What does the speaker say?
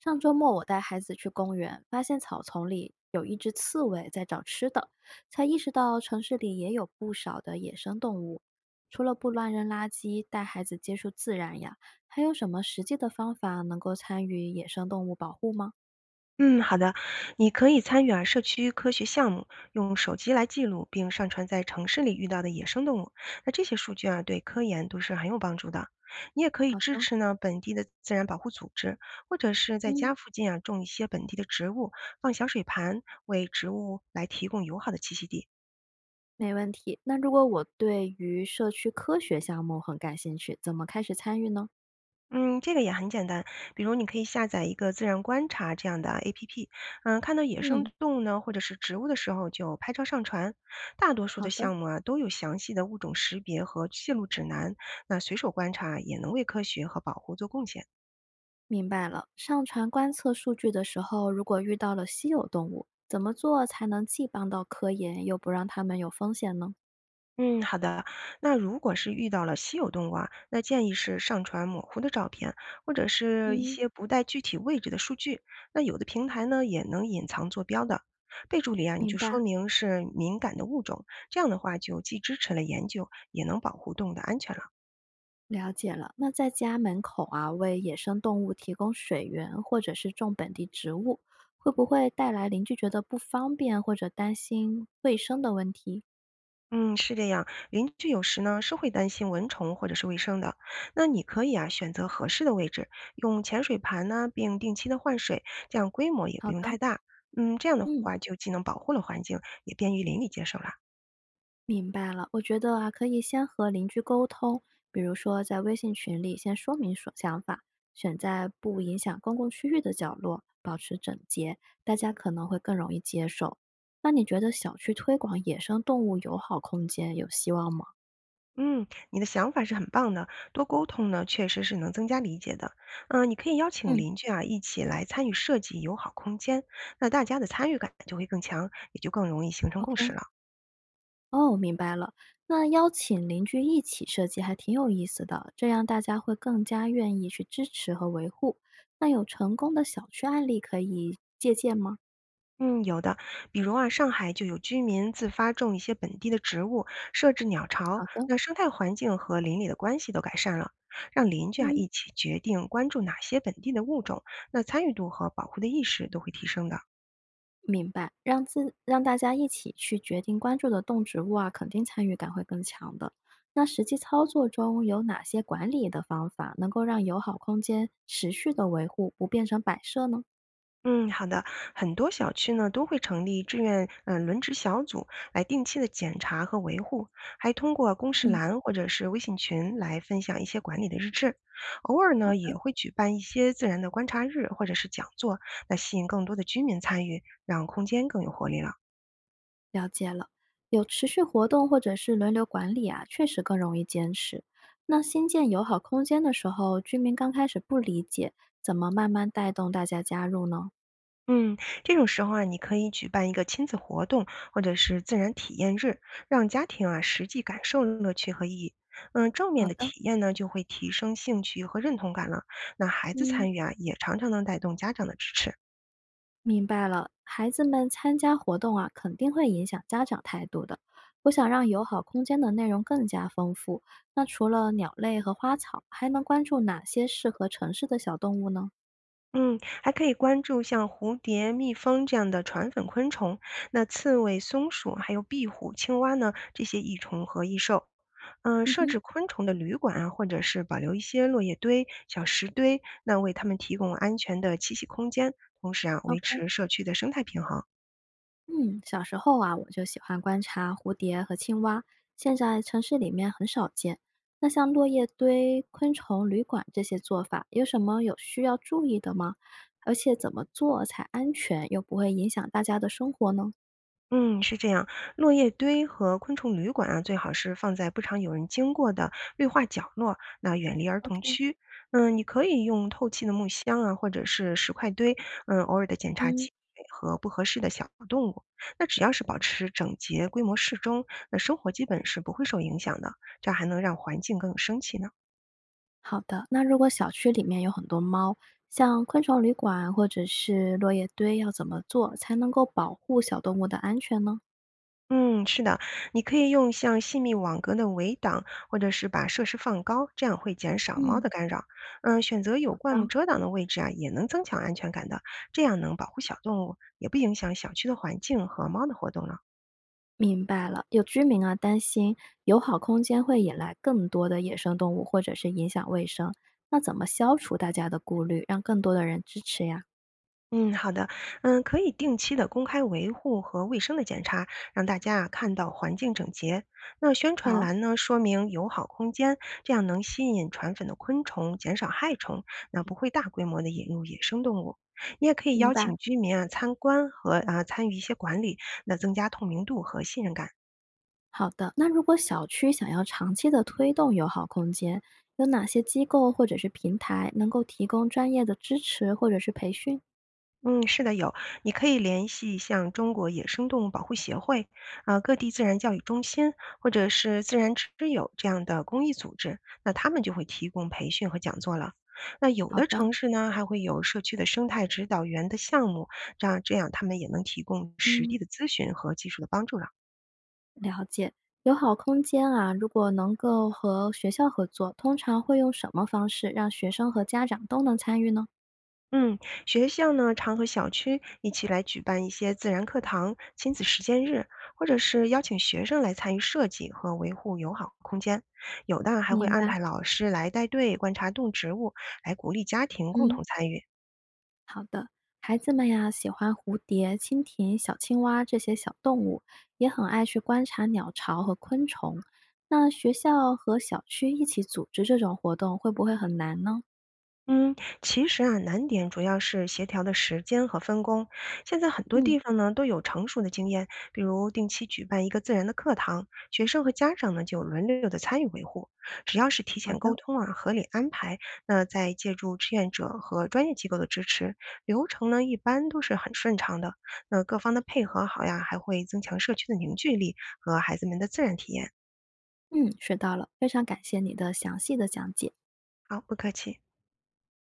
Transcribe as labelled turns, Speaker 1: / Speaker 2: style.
Speaker 1: 上周末我带孩子去公园，发现草丛里有一只刺猬在找吃的，才意识到城市里也有不少的野生动物。除了不乱扔垃圾，带孩子接触自然呀，还有什么实际的方法能够参与野生动物保护吗？
Speaker 2: 嗯，好的，你可以参与啊社区科学项目，用手机来记录并上传在城市里遇到的野生动物。那这些数据啊，对科研都是很有帮助的。你也可以
Speaker 1: 好
Speaker 2: 支
Speaker 1: 的，
Speaker 2: 持呢本地的自然保护组织，或者是在
Speaker 1: 嗯，
Speaker 2: 家附近啊种一些本地的植物，放小水盘，为植物来提供友好的栖息地。
Speaker 1: 没问题。那如果我对于社区科学项目很感兴趣，怎么开始参与呢？
Speaker 2: 嗯，这个也很简单。比如你可以下载一个自然观察这样的 APP，看到野生
Speaker 1: 嗯，
Speaker 2: 动物呢，或者是植物的时候就拍照上传。大多数
Speaker 1: 好
Speaker 2: 的
Speaker 1: 的。
Speaker 2: 项目啊都有详细的物种识别和记录指南，那随手观察也能为科学和保护做贡献。
Speaker 1: 明白了，上传观测数据的时候，如果遇到了稀有动物，怎么做才能既帮到科研，又不让它们有风险呢？
Speaker 2: 嗯，好的。那如果是遇到了稀有动物啊，那建议是上传模糊的照片，或者是一
Speaker 1: 嗯，
Speaker 2: 些不带具体位置的数据。那有的平台呢，也能隐藏坐标的。备注里啊，你
Speaker 1: 明
Speaker 2: 就说
Speaker 1: 白，
Speaker 2: 明是敏感的物种，这样的话就既支持了研究，也能保护动物的安全了。
Speaker 1: 了解了。那在家门口啊，为野生动物提供水源，或者是种本地植物，会不会带来邻居觉得不方便或者担心卫生的问题？
Speaker 2: 嗯，是这样。邻居有时呢是会担心蚊虫或者是卫生的，那你可以啊选择合适的位置，用潜水盘呢，并定期的换水，这样规模也不
Speaker 1: 好
Speaker 2: 用
Speaker 1: 的，
Speaker 2: 太大。这样的
Speaker 1: 嗯。
Speaker 2: 话就既能保护了环境，也便于邻里接受啦。
Speaker 1: 明白了，我觉得啊，可以先和邻居沟通，比如说在微信群里先说明所想法，选在不影响公共区域的角落，保持整洁，大家可能会更容易接受。那你觉得小区推广野生动物友好空间有希望吗？
Speaker 2: 嗯，你的想法是很棒的，多沟通呢确实是能增加理解的。你可以邀请
Speaker 1: 嗯，
Speaker 2: 邻居啊一起来参与设计友好空间，那大家的参与感就会更强，也就更容易形成共识
Speaker 1: ？OK，
Speaker 2: 了。
Speaker 1: 哦，明白了。那邀请邻居一起设计还挺有意思的，这样大家会更加愿意去支持和维护。那有成功的小区案例可以借鉴吗？
Speaker 2: 嗯，有的，比如啊，上海就有居民自发种一些本地的植物，设置鸟巢，
Speaker 1: 好的，
Speaker 2: 那生态环境和邻里的关系都改善了，让邻居啊
Speaker 1: 嗯。
Speaker 2: 一起决定关注哪些本地的物种，那参与度和保护的意识都会提升的。
Speaker 1: 明白，让大家一起去决定关注的动植物啊，肯定参与感会更强的。那实际操作中有哪些管理的方法能够让友好空间持续的维护，不变成摆设呢？
Speaker 2: 嗯，好的。很多小区呢都会成立志愿轮值小组来定期的检查和维护，还通过公示
Speaker 1: 嗯，
Speaker 2: 栏或者是微信群来分享一些管理的日志。偶尔
Speaker 1: 好
Speaker 2: 呢也
Speaker 1: 的，
Speaker 2: 会举办一些自然的观察日或者是讲座，那吸引更多的居民参与，让空间更有活力了。
Speaker 1: 了解了。有持续活动或者是轮流管理啊，确实更容易坚持。那新建友好空间的时候，居民刚开始不理解，怎么慢慢带动大家加入呢？
Speaker 2: 嗯，这种时候啊，你可以举办一个亲子活动，或者是自然体验日，让家庭啊实际感受乐趣和意义。嗯，正
Speaker 1: 好
Speaker 2: 面的
Speaker 1: 的，
Speaker 2: 体验呢，就会提升兴趣和认同感了。那孩子
Speaker 1: 嗯。
Speaker 2: 参与啊，也常常能带动家长的支持。
Speaker 1: 明白了，孩子们参加活动啊，肯定会影响家长态度的。我想让友好空间的内容更加丰富，那除了鸟类和花草，还能关注哪些适合城市的小动物呢？
Speaker 2: 嗯，还可以关注像蝴蝶、蜜蜂这样的传粉昆虫，那刺猬、松鼠还有壁虎、青蛙呢，这些益虫和益兽。
Speaker 1: 嗯
Speaker 2: 设
Speaker 1: 哼，
Speaker 2: 置昆虫的旅馆啊，或者是保留一些落叶堆、小石堆，那为它们提供安全的栖息空间，同时啊，维
Speaker 1: ？OK，
Speaker 2: 持社区的生态平衡。
Speaker 1: 嗯，小时候啊，我就喜欢观察蝴蝶和青蛙，现在城市里面很少见。那像落叶堆、昆虫旅馆这些做法，有什么有需要注意的吗？而且怎么做才安全又不会影响大家的生活呢
Speaker 2: 嗯，是这样，落叶堆和昆虫旅馆啊，最好是放在不常有人经过的绿化角落，那远离儿童
Speaker 1: ？OK，
Speaker 2: 区。嗯，你可以用透气的木箱啊，或者是石块堆，偶尔的检查
Speaker 1: 嗯。
Speaker 2: 积水和不合适的小动物。那只要是保持整洁、规模适中，那生活基本是不会受影响的，这还能让环境更有生气呢。
Speaker 1: 好的，那如果小区里面有很多猫，像昆虫旅馆或者是落叶堆，要怎么做才能够保护小动物的安全呢？
Speaker 2: 嗯，是的，你可以用像细密网格的围挡，或者是把设施放高，这样会减少猫
Speaker 1: 嗯，
Speaker 2: 的干扰。嗯，选择有
Speaker 1: 好
Speaker 2: 灌木
Speaker 1: 的，
Speaker 2: 遮挡的位置啊，也能增强安全感的，这样能保护小动物，也不影响小区的环境和猫的活动了。
Speaker 1: 明白了。有居民啊担心友好空间会引来更多的野生动物，或者是影响卫生，那怎么消除大家的顾虑，让更多的人支持呀？
Speaker 2: 嗯，好的，嗯，可以定期的公开维护和卫生的检查，让大家啊看到环境整洁。那宣传
Speaker 1: 好，
Speaker 2: 栏呢，说明友好空间，这样能吸引传粉的昆虫，减少害虫，那不会大规模的引入野生动物。你也可以
Speaker 1: 明
Speaker 2: 邀
Speaker 1: 白。
Speaker 2: 请居民啊参观和参与一些管理，那增加透明度和信任感。
Speaker 1: 好的，那如果小区想要长期的推动友好空间，有哪些机构或者是平台能够提供专业的支持或者是培训？
Speaker 2: 嗯，是的，有，你可以联系像中国野生动物保护协会、各地自然教育中心或者是自然之友这样的公益组织，那他们就会提供培训和讲座了。那有
Speaker 1: 好
Speaker 2: 的
Speaker 1: 的，
Speaker 2: 城市呢，还会有社区的生态指导员的项目，这样他们也能提供实地
Speaker 1: 嗯，
Speaker 2: 的咨询和技术的帮助了。
Speaker 1: 了解。友好空间啊，如果能够和学校合作，通常会用什么方式让学生和家长都能参与呢？
Speaker 2: 嗯，学校呢常和小区一起来举办一些自然课堂、亲子实践日，或者是邀请学生来参与设计和维护友好空间。有的还会
Speaker 1: 明
Speaker 2: 安
Speaker 1: 白，
Speaker 2: 排老师来带队观察动植物，来鼓励家庭共
Speaker 1: 嗯，
Speaker 2: 同参与。
Speaker 1: 好的。孩子们呀，喜欢蝴蝶、蜻蜓、小青蛙这些小动物，也很爱去观察鸟巢和昆虫。那学校和小区一起组织这种活动，会不会很难呢？
Speaker 2: 嗯，其实啊，难点主要是协调的时间和分工。现在很多
Speaker 1: 嗯，
Speaker 2: 地方呢都有成熟的经验，比如定期举办一个自然的课堂，学生和家长呢就轮流的参与维护。只要是提
Speaker 1: 好
Speaker 2: 前沟
Speaker 1: 的，
Speaker 2: 通啊，合理安排，那再借助志愿者和专业机构的支持，流程呢一般都是很顺畅的。那各方的配合好呀，还会增强社区的凝聚力和孩子们的自然体验。
Speaker 1: 嗯，学到了，非常感谢你的详细的讲解。
Speaker 2: 好，不客气。